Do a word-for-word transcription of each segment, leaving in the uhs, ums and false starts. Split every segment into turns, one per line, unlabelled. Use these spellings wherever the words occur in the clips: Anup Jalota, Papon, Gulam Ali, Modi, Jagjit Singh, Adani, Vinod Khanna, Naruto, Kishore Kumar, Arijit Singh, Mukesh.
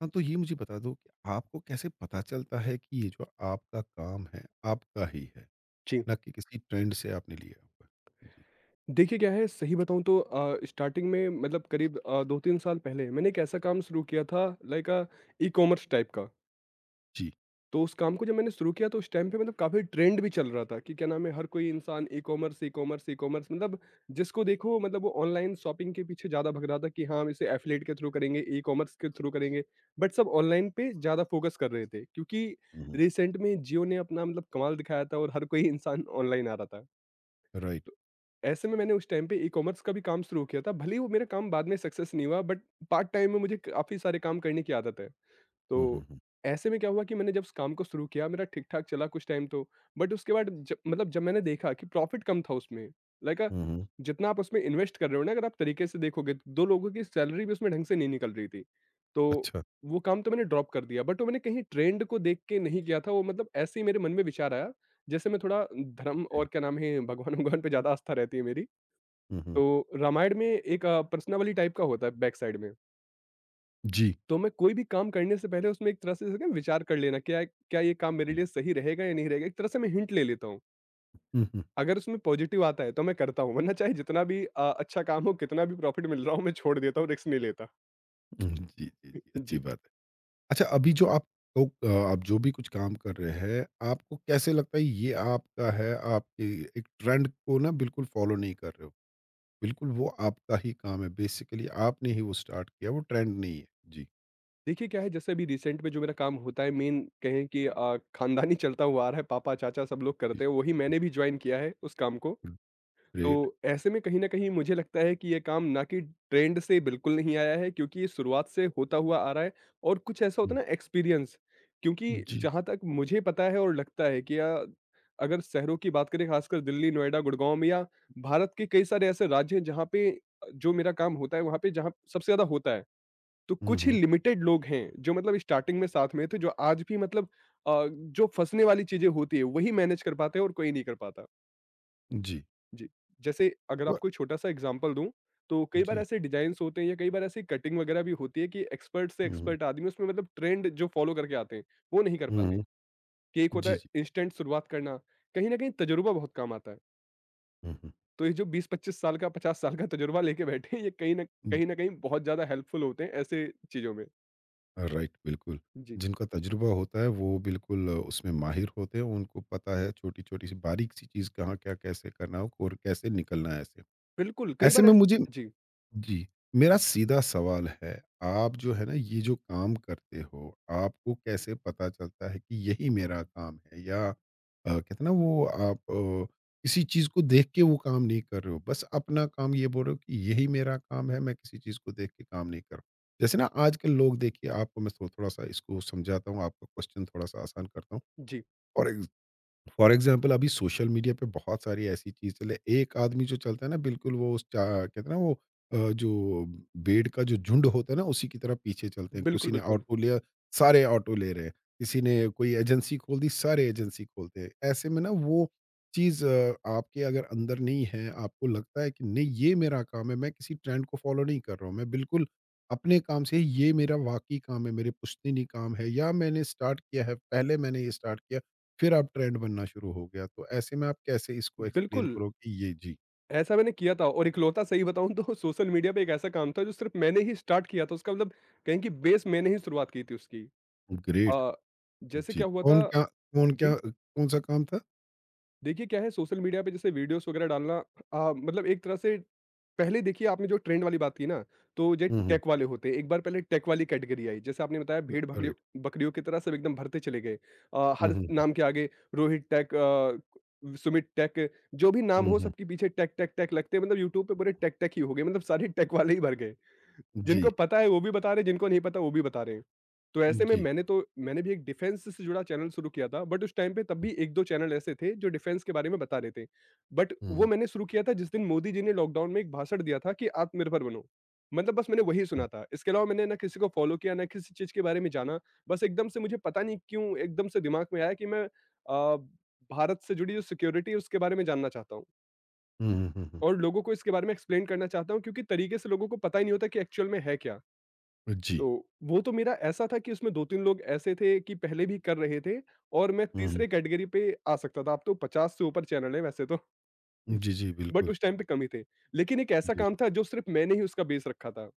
हाँ, तो ये मुझे बता दो कि आपको कैसे पता चलता है कि ये जो आपका काम है, आपका ही है,
जी।
ना कि किसी ट्रेंड से आपने लिया हुआ है? जी।
देखिए क्या है, सही बताऊँ तो अ, स्टार्टिंग में मतलब करीब अ, दो तीन साल पहले मैंने एक ऐसा काम शुरू किया था लाइक अ, ई-कॉमर्स टाइप का।
जी।
तो उस काम को जब मैंने शुरू किया तो उस टाइम पे मतलब काफ़ी ट्रेंड भी चल रहा था कि क्या नाम है, हर कोई इंसान ई-कॉमर्स, ई-कॉमर्स, ई-कॉमर्स मतलब जिसको देखो, मतलब वो ऑनलाइन शॉपिंग के पीछे ज़्यादा भग रहा था कि हाँ, हम इसे एफिलिएट के थ्रू करेंगे, ई-कॉमर्स के थ्रू करेंगे। बट सब ऑनलाइन पे ज़्यादा फ़ोकस कर रहे थे क्योंकि
हुँ, हुँ।
रिसेंट में जियो ने अपना मतलब कमाल दिखाया था, और हर कोई इंसान ऑनलाइन आ रहा था।
राइट।
ऐसे में मैंने उस टाइम पे ई-कॉमर्स का भी काम शुरू किया था, भले ही वो मेरा काम बाद में सक्सेस नहीं हुआ, बट पार्ट टाइम में मुझे काफ़ी सारे काम करने की आदत है।
हुँ, हुँ,
तो
हुँ।
ऐसे में क्या हुआ कि मैंने जब उस काम को शुरू किया मेरा ठीक ठाक चला कुछ टाइम, तो बट उसके बाद जब मतलब जब मैंने देखा कि प्रॉफिट कम था उसमें, लाइक
हुँ, हुँ।
जितना आप उसमें इन्वेस्ट कर रहे हो ना, अगर आप तरीके से देखोगे तो दो लोगों की सैलरी भी उसमें ढंग से नहीं निकल रही थी, तो
अच्छा।
वो काम तो मैंने ड्रॉप कर दिया। बट वो मैंने कहीं ट्रेंड को देख के नहीं किया था, वो मतलब ऐसे ही मेरे मन में विचार आया। जैसे मैं थोड़ा धर्म
जी।
और क्या नाम है, भगवान भगवान पे ज़्यादा आस्था रहती है मेरी।
हुँ, हुँ।
तो रामायण में एक पर्सनावली टाइप का होता है बैक साइड में,
जी।
तो मैं कोई भी काम करने से पहले उसमें एक तरह से, जैसे कि विचार कर लेना, क्या क्या ये काम मेरे
हुँ।
लिए सही रहेगा या नहीं रहेगा, एक तरह से मैं हिंट ले लेता हूँ।
हुँ, हुँ,
अगर उसमें पॉजिटिव आता है तो मैं करता हूँ, वरना चाहे जितना भी अ, अच्छा काम हो, कितना भी प्रॉफिट मिल रहा हो, मैं छोड़ देता हूँ, रिस्क नहीं लेता।
हुँ। जी, जी, जी, अच्छी
जी।
बात है। अच्छा, अभी जो आप लोग अ, आप जो भी कुछ काम कर रहे हैं, आपको कैसे लगता है ये आपका है, आपके एक ट्रेंड को ना बिल्कुल फ़ॉलो नहीं कर रहे हो? बिल्कुल वो आपका ही काम है, बेसिकली आपने ही वो स्टार्ट किया, वो ट्रेंड नहीं है। जी।
देखिए क्या है, जैसे अभी रिसेंट में जो मेरा काम होता है मेन, कहें कि अ, खानदानी चलता हुआ आ रहा है, पापा चाचा सब लोग
जी,
करते हैं, वही मैंने भी ज्वाइन किया है उस काम को। तो
ग्रेट।
ऐसे में कहीं न कहीं मुझे लगता है कि ये काम ना कि ट्रेंड से बिल्कुल नहीं आया है, क्योंकि ये शुरुआत से होता हुआ आ रहा है, और कुछ ऐसा होता
हुँ,
है ना, एक्सपीरियंस। क्योंकि
जी।
जहाँ तक मुझे पता है और लगता है कि अ, अगर शहरों की बात करें, खासकर दिल्ली, नोएडा, गुड़गाँव में, या भारत के कई सारे ऐसे राज्य हैं जहाँ पे अ, जो मेरा काम होता है वहाँ पे, जहाँ सबसे ज़्यादा होता है। तो
हुँ,
कुछ ही
हुँ,
लिमिटेड लोग हैं जो मतलब स्टार्टिंग में साथ में थे, जो आज भी मतलब अ, जो फँसने वाली चीज़ें होती है वही मैनेज कर पाते हैं और कोई नहीं कर पाता।
जी।
जी। जैसे अगर
तो
आपको छोटा-सा एग्ज़ाम्पल दूँ, तो कई बार
जी।
ऐसे डिज़ाइन्स होते हैं, या कई बार ऐसी कटिंग वगैरह भी होती है कि एक्सपर्ट से
हुँ, हुँ,
एक्सपर्ट आदमी उसमें मतलब ट्रेंड जो फ़ॉलो करके आते हैं, वो नहीं कर
हुँ,
पाते।
हुँ।
कि एक होता
जी,
है
जी।
इंस्टेंट शुरुआत करना, कहीं न कहीं तजुर्बा बहुत काम आता है।
हुँ, हुँ।
तो ये जो बीस पच्चीस साल का, पचास साल का तजुर्बा लेके बैठे हैं, ये कहीं न
हुँ,
कहीं न कहीं बहुत ज़्यादा हेल्पफुल होते हैं ऐसे चीज़ों में।
राइट बिल्कुल।
जी,
जिनका तजुर्बा होता है वो बिल्कुल अ, उसमें माहिर होते हैं, उनको पता है छोटी-छोटी सी बारीक सी चीज़ कहाँ क्या कैसे करना हो और कैसे निकलना है ऐसे।
बिल्कुल, कई
ऐसे
बार
में
ऐस
मुझे
जी,
जी, मेरा सीधा सवाल है, आप जो है ना ये जो काम करते हो, आपको कैसे पता चलता है कि यही मेरा काम है? या अ, कहते हैं ना वो आप अ, किसी चीज़ को देख के वो काम नहीं कर रहे हो, बस अपना काम ये बोल रहे हो कि यही मेरा काम है, मैं किसी चीज़ को देख के काम नहीं कर रहा। हूं। जैसे ना आजकल लोग, देखिए आपको मैं थो थोड़ा-सा इसको समझाता हूँ, आपका क्वेश्चन थोड़ा-सा आसान करता हूँ।
जी।
फॉर एग्ज़ फॉर एग्जाम्पल अभी सोशल मीडिया पे बहुत सारी ऐसी चीज चले, एक आदमी जो चलता है ना बिल्कुल वो उस चा- कहते हैं ना वो अ, जो बेड का जो झुंड होता है ना उसी की तरह पीछे चलते हैं।
बिल्कुल,
किसी ने
बिल्कुल।
ऑटो लिया, सारे ऑटो ले रहे हैं। किसी ने कोई एजेंसी खोल दी, सारे एजेंसी खोलते हैं। ऐसे में ना वो चीज आपके अगर अंदर नहीं है, आपको लगता है कि नहीं ये मेरा काम है, मैं किसी ट्रेंड को फॉलो नहीं कर रहा हूँ, मैं बिल्कुल अपने काम से ये मेरा वाकई काम है, मेरे पुश्तनी काम है, या मैंने स्टार्ट किया है, पहले मैंने ये स्टार्ट किया, फिर आप ट्रेंड बनना शुरू हो गया। तो ऐसे में आप कैसे इसको एक्सप्लेन
बिल्कुल।
करोगे ये? जी।
ऐसा मैंने किया था, और इकलौता सही बताऊँ तो सोशल मीडिया पे एक ऐसा काम था जो सिर्फ़ मैंने ही स्टार्ट किया था, उसका मतलब कहें कि बेस मैंने ही शुरुआत की थी उसकी।
ग्रेट।
अ, जैसे
जी।
क्या हुआ
कौन
था
क्या कौन क्या
जी।
अ, कौन-सा काम था?
देखिए क्या है, सोशल मीडिया पे जैसे वीडियोस वगैरह डालना आ, मतलब एक तरह से, पहले देखिए आपने जो ट्रेंड वाली बात की ना, तो ये
हुँ, हुँ।
टेक वाले होते हैं, एक बार पहले टेक वाली कैटेगरी आई, जैसे आपने बताया
अ,
भेड़ बकरियों
राइट।
बकरियों की तरह सब एकदम भरते चले गए। आ,
हुँ,
हर
हुँ,
नाम के आगे रोहित टेक, आ, सुमित टेक, जो भी नाम
हुँ, हुँ,
हो
हुँ।
सबके पीछे टेक टेक टेक लगते हैं, मतलब यूट्यूब पे पूरे टेक टेक ही हो गए, मतलब सारे टेक वाले ही भर गए।
जी,
जिनको पता है वो भी बता रहे हैं, जिनको नहीं पता वो भी बता रहे हैं। तो ऐसे में
जी।
मैंने तो मैंने भी एक डिफेंस से जुड़ा चैनल शुरू किया था, बट उस टाइम पे तब भी एक दो चैनल ऐसे थे जो डिफेंस के बारे में बता रहे थे। बट
हुँ,
वो
हुँ,
मैंने शुरू किया था जिस दिन मोदी जी ने लॉकडाउन में एक भाषण दिया था कि आत्मनिर्भर बनो। मतलब बस मैंने वही
हुँ,
सुना था। इसके अलावा मैंने ना किसी को फॉलो किया, ना किसी चीज़ के बारे में जाना। बस एकदम से मुझे पता नहीं क्यों एकदम से दिमाग में आया कि मैं अ, भारत से जुड़ी जो सिक्योरिटी है उसके बारे में जानना चाहता हूँ,
हुँ, हुँ, हुँ, हुँ, हुँ।
और लोगों को इसके बारे में एक्सप्लेन करना चाहता हूँ, क्योंकि तरीके से लोगों को पता ही नहीं होता कि एक्चुअल में है क्या।
जी।
तो वो तो मेरा ऐसा था कि उसमें दो तीन लोग ऐसे थे कि पहले भी कर रहे थे, और मैं
हुँ, हुँ।
तीसरे कैटेगरी पे आ सकता था। अब तो पचास से ऊपर चैनल है वैसे तो।
जी, जी,
बट
बिल्कुल।
उस टाइम पे कम ही थे। लेकिन एक ऐसा
जी।
काम था जो सिर्फ़ मैंने ही उसका बेस रखा था।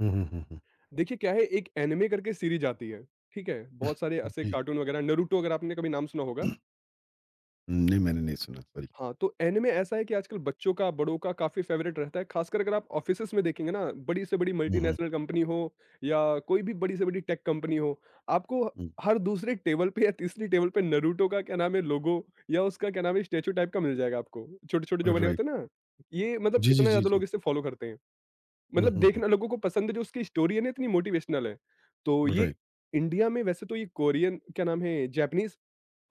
हुँ, हुँ, हुँ, हुँ।
देखिए क्या है, एक एनिमे करके सीरीज़ आती है, ठीक है? बहुत सारे ऐसे
जी।
कार्टून वगैरह, नारुतो अगर आपने कभी नाम सुना होगा।
नहीं, मैंने नहीं सुना, सॉरी।
हाँ, तो एनिमे ऐसा है कि आजकल बच्चों का, बड़ों का काफ़ी फ़ेवरेट रहता है। ख़ासकर अगर आप ऑफ़िसेज़ में देखेंगे ना, बड़ी से बड़ी
हुँ, हुँ,
मल्टीनेशनल कंपनी हो या कोई भी बड़ी से बड़ी टेक कंपनी हो, आपको
हुँ।
हर दूसरे टेबल पे या तीसरी टेबल पे नारुतो का क्या नाम है लोगो या उसका क्या नाम है स्टैचू टाइप का मिल जाएगा आपको। छोटे-छोटे जो बने
राइट।
होते हैं ना, ये मतलब
जी, जी,
इतना
जी,
ज़्यादा
जी।
लोग इसे फ़ॉलो करते हैं।
हुँ,
मतलब
हुँ, हुँ।
देखना लोगों को पसंद है, जो उसकी स्टोरी है ना इतनी मोटिवेशनल है। तो ये
राइट।
इंडिया में वैसे तो ये कोरियन क्या नाम है, जैपनीज़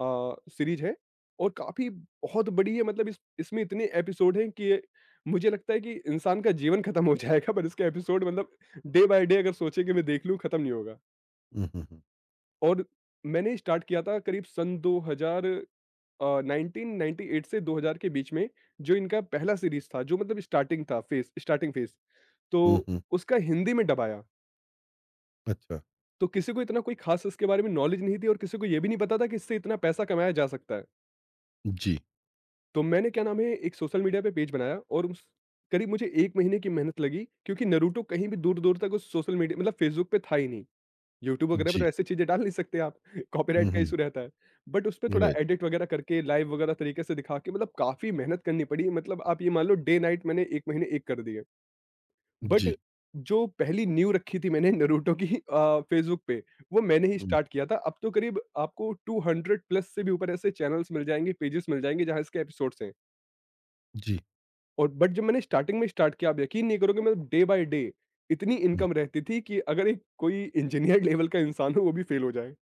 अ, सीरीज़ है, और काफ़ी बहुत बड़ी है, मतलब इस इसमें इतने एपिसोड हैं कि ये मुझे लगता है कि इंसान का जीवन खत्म हो जाएगा पर इसके एपिसोड मतलब डे बाय डे अगर सोचे कि मैं देख लूँ, खत्म नहीं होगा।
हुँ, हुँ, हुँ।
और मैंने स्टार्ट किया था करीब सन दो हज़ार, अ, नाइनटीन नाइंटी एट से दो हज़ार के बीच में, जो इनका पहला सीरीज था, जो मतलब स्टार्टिंग था फेस, स्टार्टिंग फेस। तो
हुँ, हुँ।
उसका हिंदी में डब आया।
अच्छा।
तो किसी को इतना कोई खास इसके बारे में नॉलेज नहीं थी, और किसी को ये भी नहीं पता था कि इससे इतना पैसा कमाया जा सकता है।
जी,
तो मैंने, क्या नाम है, एक सोशल मीडिया पे पेज बनाया, और उस करीब मुझे एक महीने की मेहनत लगी, क्योंकि नारुतो कहीं भी दूर-दूर तक उस सोशल मीडिया मतलब फ़ेसबुक पे था ही नहीं। यूट्यूब वगैरह पे
जी।
तो ऐसी चीज़ें डाल नहीं सकते आप।
हुँ,
कॉपीराइट का
हुँ।
इश्यू रहता है। बट उस पे थोड़ा
राइट।
एडिट वगैरह करके लाइव वगैरह तरीके से दिखा के मतलब काफ़ी मेहनत करनी पड़ी, मतलब आप ये मान लो डे नाइट मैंने एक महीने एक कर दिए। बट
जी।
जो पहली नींव रखी थी मैंने नारुतो की अ, फ़ेसबुक पे, वो मैंने ही स्टार्ट किया था। अब तो करीब आपको टू हंड्रेड प्लस से भी ऊपर ऐसे चैनल्स मिल जाएँगे, पेजेस मिल जाएँगे जहाँ इसके एपिसोड्स हैं।
जी।
और बट जब मैंने स्टार्टिंग में स्टार्ट किया, आप यकीन नहीं करोगे, मतलब डे बाय डे इतनी
हुँ,
इनकम रहती थी कि अगर एक कोई इंजीनियर लेवल का इंसान हो वो भी फेल हो जाए।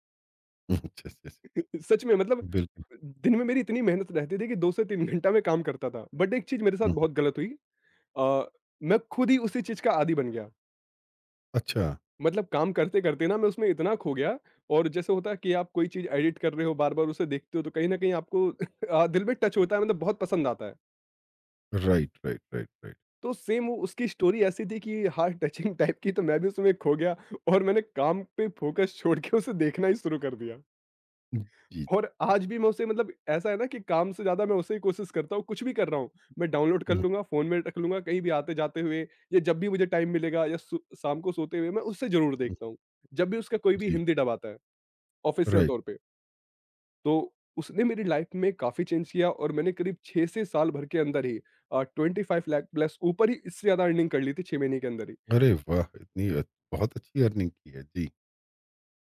हुँ, अच्छा, अच्छा, अच्छा।
सच में, मतलब
बिल्कुल।
दिन में मेरी इतनी मेहनत रहती थी कि दो से तीन घंटा मैं काम करता था, बट एक चीज मेरे साथ
हुँ, हुँ।
बहुत गलत हुई। अ, मैं खुद ही उसी चीज का आदी बन गया,
अच्छा,
मतलब काम करते करते ना मैं उसमें इतना खो गया। और जैसे होता है कि आप कोई चीज एडिट कर रहे हो बार बार उसे देखते हो, तो कहीं ना कहीं आपको अ, दिल में टच होता है, मतलब बहुत पसंद आता है।
Right, right, right, right.
तो सेम वो उसकी स्टोरी ऐसी थी कि हार्ट टचिंग टाइप की, तो मैं भी उसमें खो गया, और मैंने काम पे फ़ोकस छोड़ के उसे देखना ही शुरू कर दिया।
जी।
और आज भी मैं उसे, मतलब ऐसा है ना कि काम से ज़्यादा मैं उसे ही कोशिश करता हूँ, कुछ भी कर रहा हूँ, मैं डाउनलोड कर
हुँ,
लूँगा, फ़ोन में रख लूँगा, कहीं भी आते-जाते हुए या जब भी मुझे टाइम मिलेगा या सु शाम को सोते हुए मैं उसे ज़रूर
हुँ,
देखता हूँ। जब भी उसका कोई भी
जी,
हिंदी डब आता है, ऑफ़िशियल
राइट।
तौर पे, तो उसने मेरी लाइफ़ में काफ़ी चेंज किया, और मैंने करीब छह से साल भर के अंदर ही अ, ट्वेंटी फ़ाइव लाख प्लस ऊपर ही इससे ज़्यादा अर्निंग कर ली थी, छह महीने के अंदर ही।
अरे वाह! इतनी अ, बहुत अच्छी अर्निंग की है। जी,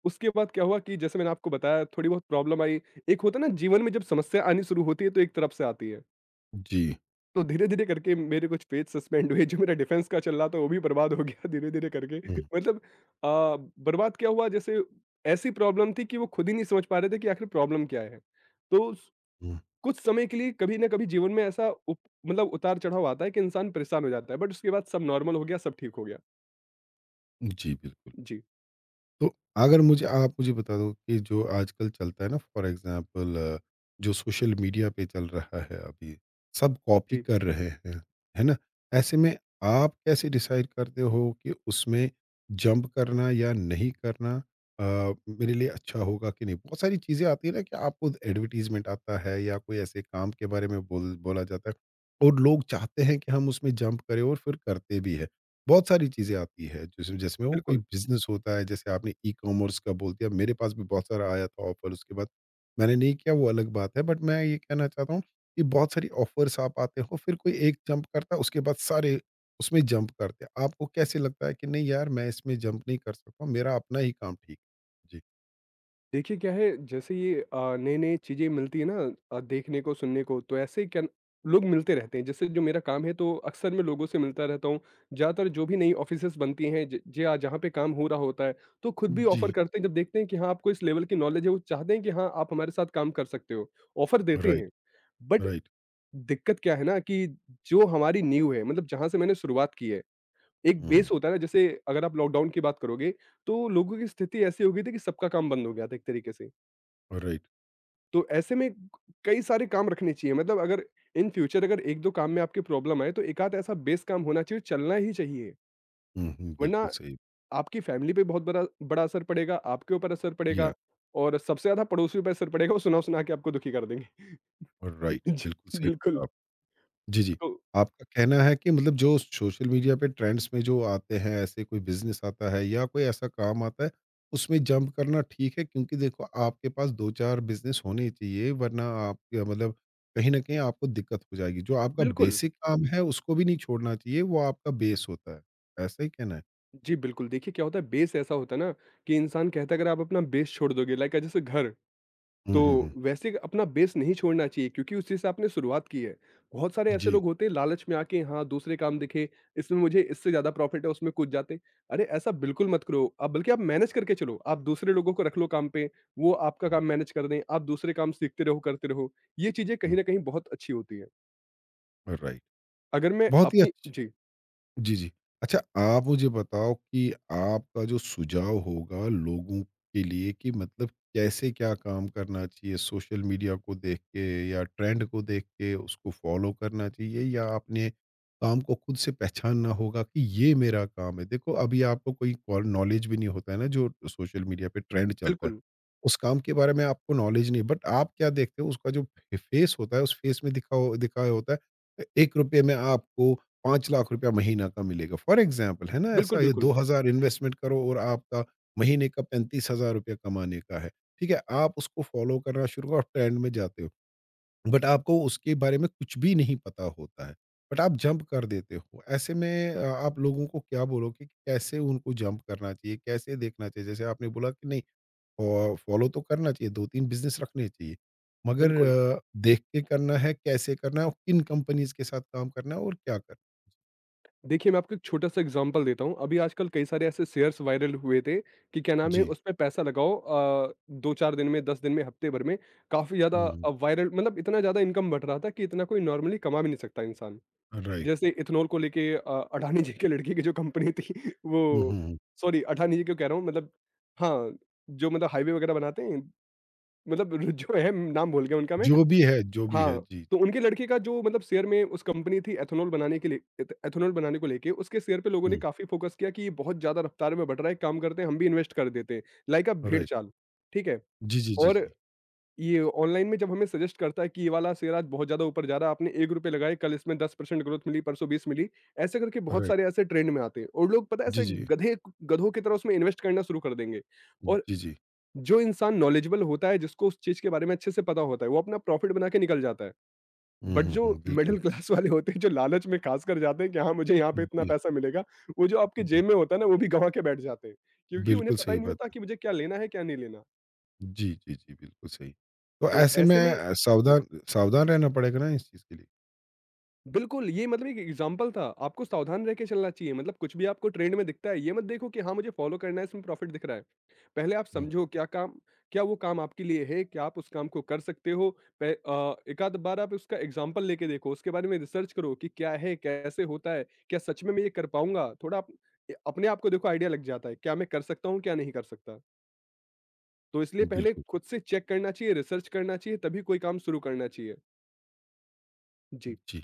उसके बाद क्या हुआ कि जैसे मैंने आपको बताया थोड़ी बहुत प्रॉब्लम आई। एक होता है ना जीवन में जब समस्या आनी शुरू होती है तो एक तरफ से आती है।
जी।
तो धीरे-धीरे करके मेरे कुछ पेज सस्पेंड हुए, जो मेरा डिफेंस का चल रहा था वो भी बर्बाद हो गया धीरे-धीरे करके।
हुँ,
मतलब अ, बर्बाद क्या हुआ, जैसे ऐसी प्रॉब्लम थी कि वो खुद ही नहीं समझ पा रहे थे कि आखिर प्रॉब्लम क्या है। तो स
हुँ।
कुछ समय के लिए कभी ना कभी जीवन में ऐसा उप मतलब उतार-चढ़ाव आता है कि इंसान परेशान हो जाता है, बट उसके बाद सब नॉर्मल हो गया, सब ठीक हो गया।
जी, बिल्कुल।
जी,
तो अगर मुझे आप मुझे बता दो कि जो आजकल चलता है ना, फॉर एग्जांपल अ, जो सोशल मीडिया पे चल रहा है अभी, सब कॉपी
जी।
कर रहे हैं, है ना? ऐसे में आप कैसे डिसाइड करते हो कि उसमें जंप करना या नहीं करना अ, मेरे लिए अच्छा होगा कि नहीं? बहुत सारी चीज़ें आती है ना कि आपको एडवर्टाइज़मेंट आता है या कोई ऐसे काम के बारे में बोल बोला जाता है और लोग चाहते हैं कि हम उसमें जंप करें और फिर करते भी हैं। बहुत सारी चीज़ें आती है जिसमें जिसमें वो कोई
बिल्कुल।
बिज़नेस होता है, जैसे आपने ई-कॉमर्स का बोल दिया। मेरे पास भी बहुत सारा आया था ऑफ़र, उसके बाद मैंने नहीं किया वो अलग बात है, बट मैं ये कहना चाहता हूँ कि बहुत सारी ऑफ़र्स आप आते हो, फिर कोई एक जंप करता है, उसके बाद सारे उसमें जंप करते हैं। आपको कैसे लगता है कि नहीं यार मैं इसमें जंप नहीं कर सकता हूँ, मेरा अपना ही काम ठीक है? जी।
देखिए क्या है, जैसे ये अ, नई-नई चीज़ें मिलती है ना, अ, देखने को, सुनने को, तो ऐसे क्या लोग मिलते रहते हैं। जैसे जो मेरा काम है, तो अक्सर मैं लोगों से मिलता रहता हूँ। ज़्यादातर जो भी नई ऑफ़िसेज़ बनती हैं ज ज जहाँ पे काम हो रहा होता है, तो खुद भी
जी।
ऑफ़र करते हैं जब देखते हैं कि हाँ, आपको इस लेवल की नॉलेज है, वो चाहते हैं कि हाँ, आप हमारे साथ काम कर सकते हो। ऑफ़र देते
राइट,
हैं, बट
राइट।
दिक्कत क्या है ना कि जो हमारी नींव है, मतलब जहाँ से मैंने शुरुआत की है, एक बेस
हुँ,
होता है ना। जैसे अगर आप लॉकडाउन की बात करोगे तो लोगों की स्थिति ऐसी हो गई थी कि सबका काम बंद हो गया था एक तरीके से।
राइट।
तो ऐसे में कई सारे काम रखने चाहिए, मतलब अगर इन फ्यूचर अगर एक दो काम में आपकी प्रॉब्लम आए तो एक आध ऐसा बेस काम होना चाहिए, चलना ही चाहिए।
हुँ, हुँ, बिल्कुल
वरना
सही।
आपकी फैमिली पे बहुत बड़ा बड़ा असर पड़ेगा, आपके ऊपर असर
या
पड़ेगा, और सबसे ज्यादा पड़ोसियों पर असर पड़ेगा, वो सुना सुना के आपको दुखी कर देंगे।
राइट, बिल्कुल
जी
सही बोला
बिल्कुल।
आप। जी, जी।
तो
आपका कहना है कि मतलब जो सोशल मीडिया पे ट्रेंड्स में जो आते हैं, ऐसे कोई बिज़नेस आता है या कोई ऐसा काम आता है, उसमें जंप करना ठीक है, क्योंकि देखो आपके पास दो चार बिज़नेस होने चाहिए वरना आप या मतलब कहीं न कहीं आपको दिक्कत हो जाएगी। जो आपका
बिल्कुल,
बेसिक काम है उसको भी नहीं छोड़ना चाहिए, वो आपका बेस होता है। ऐसा ही कहना है?
जी बिल्कुल। देखिए क्या होता है, बेस ऐसा होता है ना कि इंसान कहता है अगर आप अपना बेस छोड़ दोगे, लाइक जैसे घर,
हुँ,
तो
हुँ, हुँ।
वैसे अपना बेस नहीं छोड़ना चाहिए क्योंकि उसी से आपने शुरुआत की है। बहुत सारे ऐसे
जी।
लोग होते हैं लालच में आके हाँ, दूसरे काम दिखे, इसमें मुझे इससे ज़्यादा प्रॉफ़िट है, उसमें कूद जाते। हैं। अरे ऐसा बिल्कुल मत करो, आप बल्कि आप मैनेज करके चलो, आप दूसरे लोगों को रख लो काम पे, वो आपका
हुँ,
काम मैनेज कर दें, आप दूसरे काम सीखते रहो, करते रहो। ये चीज़ें
हुँ,
कहीं न कहीं बहुत अच्छी होती हैं।
राइट।
अगर मैं
बहुत ही
अपनी
अच्छ
जी,
जी, जी। अच्छा, आप मुझे बताओ कि आपका जो सुझाव होगा लोगों के लिए, कि मतलब कैसे क्या काम करना चाहिए? सोशल मीडिया को देख के या ट्रेंड को देख के उसको फ़ॉलो करना चाहिए, या आपने काम को खुद से पहचानना होगा कि ये मेरा काम है? देखो अभी आपको कोई कॉल नॉलेज भी नहीं होता है ना जो सोशल मीडिया पे ट्रेंड चलता है।
बिल्कुल।
उस काम के बारे में आपको नॉलेज नहीं, बट आप क्या देखते हो उसका जो फे फेस होता है, उस फेस में दिखा हो दिखाया होता है, ₹एक रुपये में आपको पाँच लाख रुपया महीना का मिलेगा, फॉर एग्ज़ाम्पल है ना,
बिल्कुल,
ऐसा ये
बिल्कुल,
दो हज़ार इन्वेस्टमेंट करो और आपका महीने का पैंतीस हज़ार रुपया कमाने का है। ठीक है, आप उसको फ़ॉलो करना शुरू करो, आप ट्रेंड में जाते हो। बट आपको उसके बारे में कुछ भी नहीं पता होता है, बट आप जंप कर देते हो। ऐसे में अ, आप लोगों को क्या बोलोगे कि कैसे उनको जंप करना चाहिए, कैसे देखना चाहिए? जैसे आपने बोला कि नहीं अ, फ़ॉलो तो करना चाहिए, दो तीन बिज़नेस रखने चाहिए। मगर
बिल्कुल।
अ, देख के करना है, कैसे करना है और किन कंपनीज़ के साथ काम करना है और क्या करना है?
देखिए, मैं आपको एक छोटा-सा एग्ज़ाम्पल देता हूँ। अभी आजकल कई सारे ऐसे शेयर्स वायरल हुए थे कि क्या नाम है,
जी।
उसमें पैसा लगाओ। अ, दो चार दिन में, दस दिन में, हफ्ते भर में काफ़ी ज़्यादा
हुँ।
अ, वायरल, मतलब इतना ज़्यादा इनकम बढ़ रहा था कि इतना कोई नॉर्मली कमा भी नहीं सकता इंसान।
राइट।
जैसे इथेनॉल को लेके अ, अडानी जी के लड़के की जो कंपनी थी
हुँ, हुँ,
वो,
हुँ।
सॉरी अडानी जी क्यों कह रहा हूँ, मतलब हाँ, जो मतलब हाईवे वगैरह बनाते हैं, मतलब जो है, नाम भूल गया उनका मैं।
जो भी है जो भी है,
हाँ,
जी।
तो उनके लड़के का जो मतलब शेयर में उस कंपनी थी एथेनॉल बनाने के लिए, एथ एथेनॉल बनाने को लेके उसके शेयर पे लोगों ने
हुँ।
काफ़ी फ़ोकस किया कि ये बहुत ज़्यादा रफ़्तार में बढ़ रहा है, एक काम करते हैं हम भी इन्वेस्ट कर देते हैं, लाइक अ
राइट।
भेड़चाल, ठीक है?
जी, जी, जी, जी।
और ये ऑनलाइन में जब हमें सजेस्ट करता है कि ये वाला शेयर आज बहुत ज़्यादा ऊपर जा रहा है, आपने ₹एक रुपया लगाए, कल इसमें दस परसेंट ग्रोथ मिली, परसों बीस मिली, ऐसे करके बहुत
राइट।
सारे ऐसे ट्रेंड में आते हैं, और लोग पता है
जी,
ऐसे
जी।
गधे गधों की तरह उसमें इन्वेस्ट करना शुरू कर देंगे। और
जी, जी।
जो इंसान नॉलेजेबल होता है, जिसको उस चीज़ के बारे में अच्छे से पता होता है, वो अपना प्रॉफ़िट बना के निकल जाता है।
हुँ,
बट
हुँ,
जो
हुँ। बिल्कुल।
मिडल क्लास वाले होते हैं, जो लालच में खासकर जाते हैं कि हाँ, मुझे यहाँ पे इतना
जी,
पैसा मिलेगा, वो जो आपके
जी।
जेब में होता है ना, वो भी गँवा के बैठ जाते हैं, क्योंकि उन्हें
बिल्कुल
पता ही
सही
नहीं
बात
होता
है।
कि मुझे क्या लेना है, क्या नहीं लेना।
जी, जी, जी, बिल्कुल सही। तो
तो
ऐसे में
ऐसे में
अ,
जी।
सावधान सावधान रहना पड़ेगा ना इस चीज़ के लिए।
बिल्कुल, ये मतलब एक एग्ज़ाम्पल था। आपको सावधान रह के चलना चाहिए, मतलब कुछ भी आपको ट्रेंड में दिखता है, ये मत देखो कि हाँ, मुझे फ़ॉलो करना है, इसमें प्रॉफ़िट दिख रहा है। पहले आप
हुँ।
समझो क्या काम, क्या वो काम आपके लिए है? क्या आप उस काम को कर सकते हो? पह अ, एक-आध बार आप उसका एग्ज़ाम्पल लेके देखो, उसके बारे में रिसर्च करो कि क्या है? कैसे होता है? क्या सच में मैं ये कर पाऊँगा? थोड़ा आप ए, अपने आप को देखो, आइडिया लग जाता है, क्या मैं कर सकता हूँ, क्या नहीं कर सकता? तो इसलिए पहले
बिल्कुल।
खुद से चेक करना चाहिए, रिसर्च करना चाहिए, तभी कोई काम शुरू करना चाहिए। जी,
जी।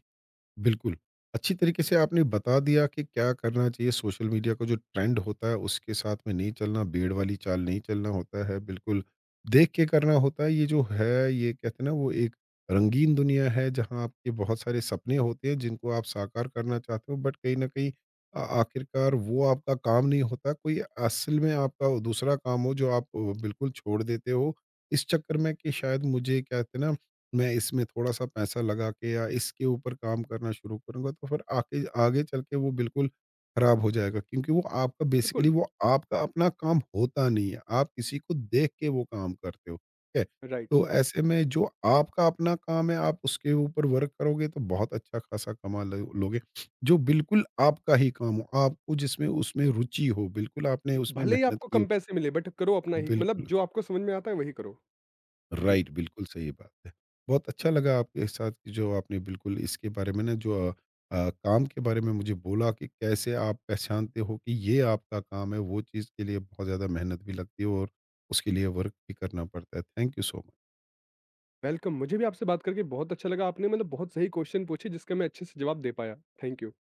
बिल्कुल। अच्छी तरीके से आपने बता दिया कि क्या करना चाहिए, सोशल मीडिया का जो ट्रेंड होता है, उसके साथ में नहीं चलना, भेड़ वाली चाल नहीं चलना होता है, बिल्कुल देख के करना होता है। ये जो है, ये कहते हैं ना, वो एक रंगीन दुनिया है, जहाँ आपके बहुत सारे सपने होते हैं, जिनको आप साकार करना चाहते हो, बट कहीं न कहीं अ, आखिरकार वो आपका काम नहीं होता। कोई असल में आपका दूसरा काम हो, जो आप अ, बिल्कुल छोड़ देते हो, इस चक्कर में कि शायद मुझे, कहते हैं ना, मैं इसमें थोड़ा-सा पैसा लगा के या इसके ऊपर काम करना शुरू करूँगा, तो फिर आके आगे चल के वो बिल्कुल ख़राब हो जाएगा, क्योंकि वो आपका बेसिकली
बिल्कुल,
वो आपका अपना काम होता नहीं है। आप किसी को देख के वो काम करते हो, ठीक है?
राइट।
तो ऐसे में जो आपका अपना काम है, आप उसके ऊपर वर्क करोगे तो बहुत अच्छा ख़ासा कमा लो लोगे। जो बिल्कुल आपका ही काम हो, आपको जिसमें उसमें रुचि हो, बिल्कुल आपने
भ
उसमें
भले ही
मेहनत
आपको
की हो।
कम पैसे मिले बट करो अपना ही, मतलब
बिल्कुल।
जो आपको समझ में आता है वही करो। जी,
राइट, बिल्कुल सही बात है। बहुत अच्छा लगा आपके साथ कि जो आपने बिल्कुल इसके बारे में ना जो अ, काम के बारे में मुझे बोला कि कैसे आप पहचानते हो कि ये आपका काम है, वो चीज़ के लिए बहुत ज़्यादा मेहनत भी लगती है और उसके लिए वर्क भी करना पड़ता है। Thank you so much.
Welcome. मुझे भी आपसे बात करके बहुत अच्छा लगा। आपने मतलब बहुत सही क्वेश्चन पूछे जिसका मैं अच्छे से जवाब दे पाया। Thank you.